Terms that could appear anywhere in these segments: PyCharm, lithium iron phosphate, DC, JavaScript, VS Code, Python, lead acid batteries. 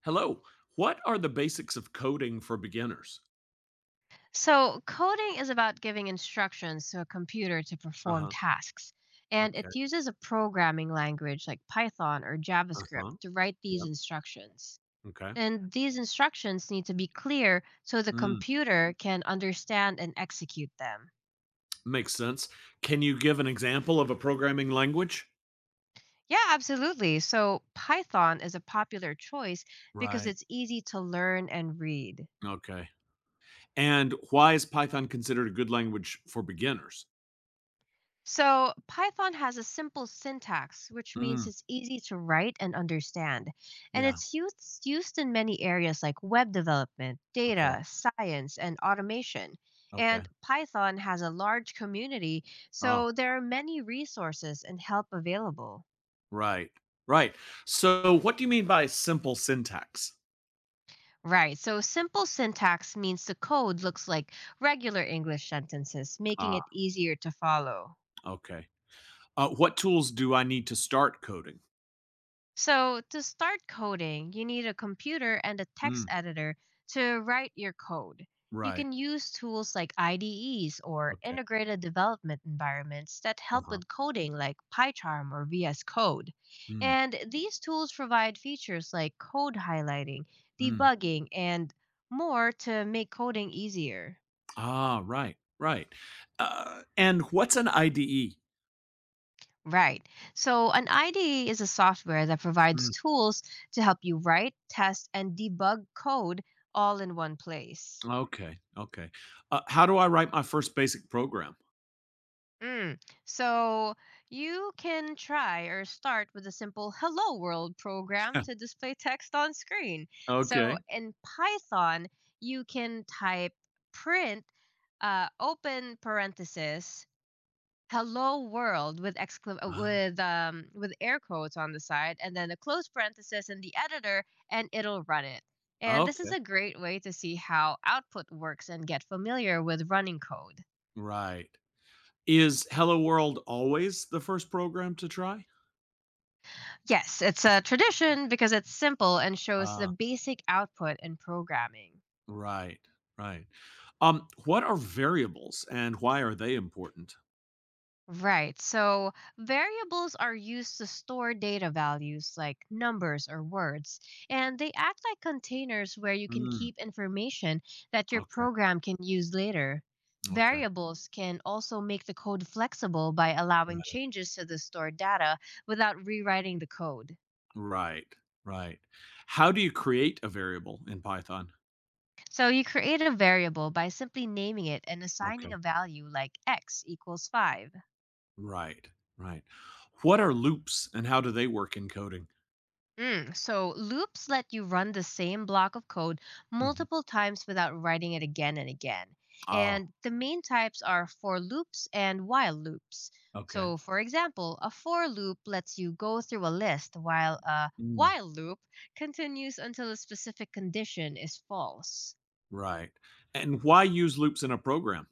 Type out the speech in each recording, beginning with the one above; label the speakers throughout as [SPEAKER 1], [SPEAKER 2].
[SPEAKER 1] Hello. What are the basics of coding for beginners?
[SPEAKER 2] So, coding is about giving instructions to a computer to perform
[SPEAKER 1] Uh-huh.
[SPEAKER 2] tasks, and
[SPEAKER 1] Okay.
[SPEAKER 2] it uses a programming language like Python or JavaScript
[SPEAKER 1] Uh-huh.
[SPEAKER 2] to write these
[SPEAKER 1] Yep.
[SPEAKER 2] instructions.
[SPEAKER 1] Okay.
[SPEAKER 2] And these instructions need to be clear so the
[SPEAKER 1] Mm,
[SPEAKER 2] computer can understand and execute them.
[SPEAKER 1] makes sense. Can you give an example of a programming language?
[SPEAKER 2] Yeah, absolutely. So, Python is a popular choice because
[SPEAKER 1] Right.
[SPEAKER 2] it's easy to learn and read.
[SPEAKER 1] Okay. And why is Python considered a good language for beginners?
[SPEAKER 2] So, Python has a simple syntax, which means
[SPEAKER 1] Mm,
[SPEAKER 2] it's easy to write and understand. And
[SPEAKER 1] yeah.
[SPEAKER 2] it's used in many areas like web development,
[SPEAKER 1] Okay.
[SPEAKER 2] data, science, and automation. And
[SPEAKER 1] Okay.
[SPEAKER 2] Python has a large community,
[SPEAKER 1] Oh,
[SPEAKER 2] so there are many resources and help available.
[SPEAKER 1] right. Right. So, what do you mean by simple syntax?
[SPEAKER 2] Right, so simple syntax means the code looks like regular English sentences, making
[SPEAKER 1] Ah,
[SPEAKER 2] it easier to follow.
[SPEAKER 1] okay. What tools do I need to start coding?
[SPEAKER 2] So, to start coding, you need a computer and a text
[SPEAKER 1] Mm,
[SPEAKER 2] editor to write your code. You
[SPEAKER 1] right.
[SPEAKER 2] can use tools like IDEs or
[SPEAKER 1] Okay.
[SPEAKER 2] integrated development environments that
[SPEAKER 1] Uh
[SPEAKER 2] help
[SPEAKER 1] huh.
[SPEAKER 2] with coding like PyCharm or VS Code.
[SPEAKER 1] Mm,
[SPEAKER 2] And these tools provide features like code highlighting,
[SPEAKER 1] mm.
[SPEAKER 2] debugging, and more to make coding easier.
[SPEAKER 1] Ah, right, right. And what's an IDE?
[SPEAKER 2] Right. So, an IDE is a software that provides
[SPEAKER 1] Mm,
[SPEAKER 2] tools to help you write, test, and debug code all in one place.
[SPEAKER 1] okay, okay. How do I write my first basic program?
[SPEAKER 2] Mm. So, you can try or start with a simple Hello World program to display text on screen. So,
[SPEAKER 1] Okay.
[SPEAKER 2] in Python, you can type print open parenthesis "Hello world" with excla uh,
[SPEAKER 1] Wow.
[SPEAKER 2] with, um, with air quotes on the side and then a close parenthesis in the editor and it'll run it. And this is
[SPEAKER 1] Okay.
[SPEAKER 2] a great way to see how output works and get familiar with running code.
[SPEAKER 1] Right. Is Hello World always the first program to try?
[SPEAKER 2] Yes, it's a tradition because it's simple and shows the
[SPEAKER 1] Ah,
[SPEAKER 2] basic output in programming.
[SPEAKER 1] right, right. What are variables and why are they important?
[SPEAKER 2] Right. So variables are used to store data values like numbers or words, and they act like containers where you can
[SPEAKER 1] Mm,
[SPEAKER 2] keep information that your
[SPEAKER 1] okay,
[SPEAKER 2] program can use later.
[SPEAKER 1] okay.
[SPEAKER 2] Variables can also make the code flexible by allowing
[SPEAKER 1] Right,
[SPEAKER 2] changes to the stored data without rewriting the code.
[SPEAKER 1] right, right. How do you create a variable in Python?
[SPEAKER 2] So you create a variable by simply naming it and assigning a
[SPEAKER 1] Okay.
[SPEAKER 2] value like x equals 5.
[SPEAKER 1] Right, right. What are loops and how do they work in coding?
[SPEAKER 2] Mm, so loops let you run the same block of code
[SPEAKER 1] Mhm.
[SPEAKER 2] multiple times without writing it again and again.
[SPEAKER 1] Oh,
[SPEAKER 2] And the main types are for loops and while loops.
[SPEAKER 1] okay.
[SPEAKER 2] So, for example, a for loop lets you go through a list, while a
[SPEAKER 1] Mm,
[SPEAKER 2] while loop continues until a specific condition is false.
[SPEAKER 1] right. And why use loops in a program?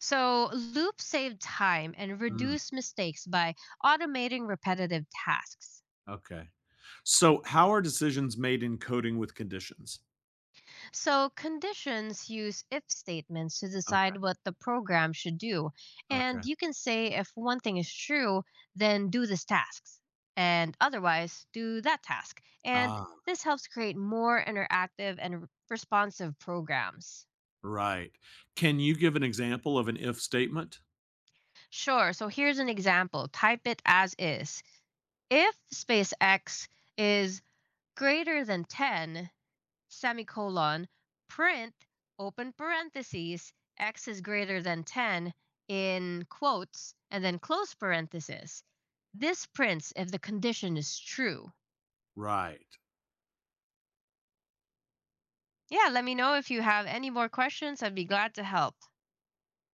[SPEAKER 2] So, loops save time and
[SPEAKER 1] Mm,
[SPEAKER 2] reduce mistakes by automating repetitive tasks.
[SPEAKER 1] okay. So how are decisions made in coding with conditions?
[SPEAKER 2] So, conditions use if statements to decide
[SPEAKER 1] Okay.
[SPEAKER 2] what the program should do. And
[SPEAKER 1] Okay.
[SPEAKER 2] you can say if one thing is true, then do this task, and otherwise, do that task. And
[SPEAKER 1] Ah,
[SPEAKER 2] this helps create more interactive and responsive programs.
[SPEAKER 1] right. Can you give an example of an if statement?
[SPEAKER 2] Sure, so here's an example, type it as is. If space x is greater than 10, semicolon, print, open parentheses, x is greater than 10 in quotes, and then close parentheses. This prints if the condition is true.
[SPEAKER 1] Right.
[SPEAKER 2] Yeah, let me know if you have any more questions. I'd be glad to help.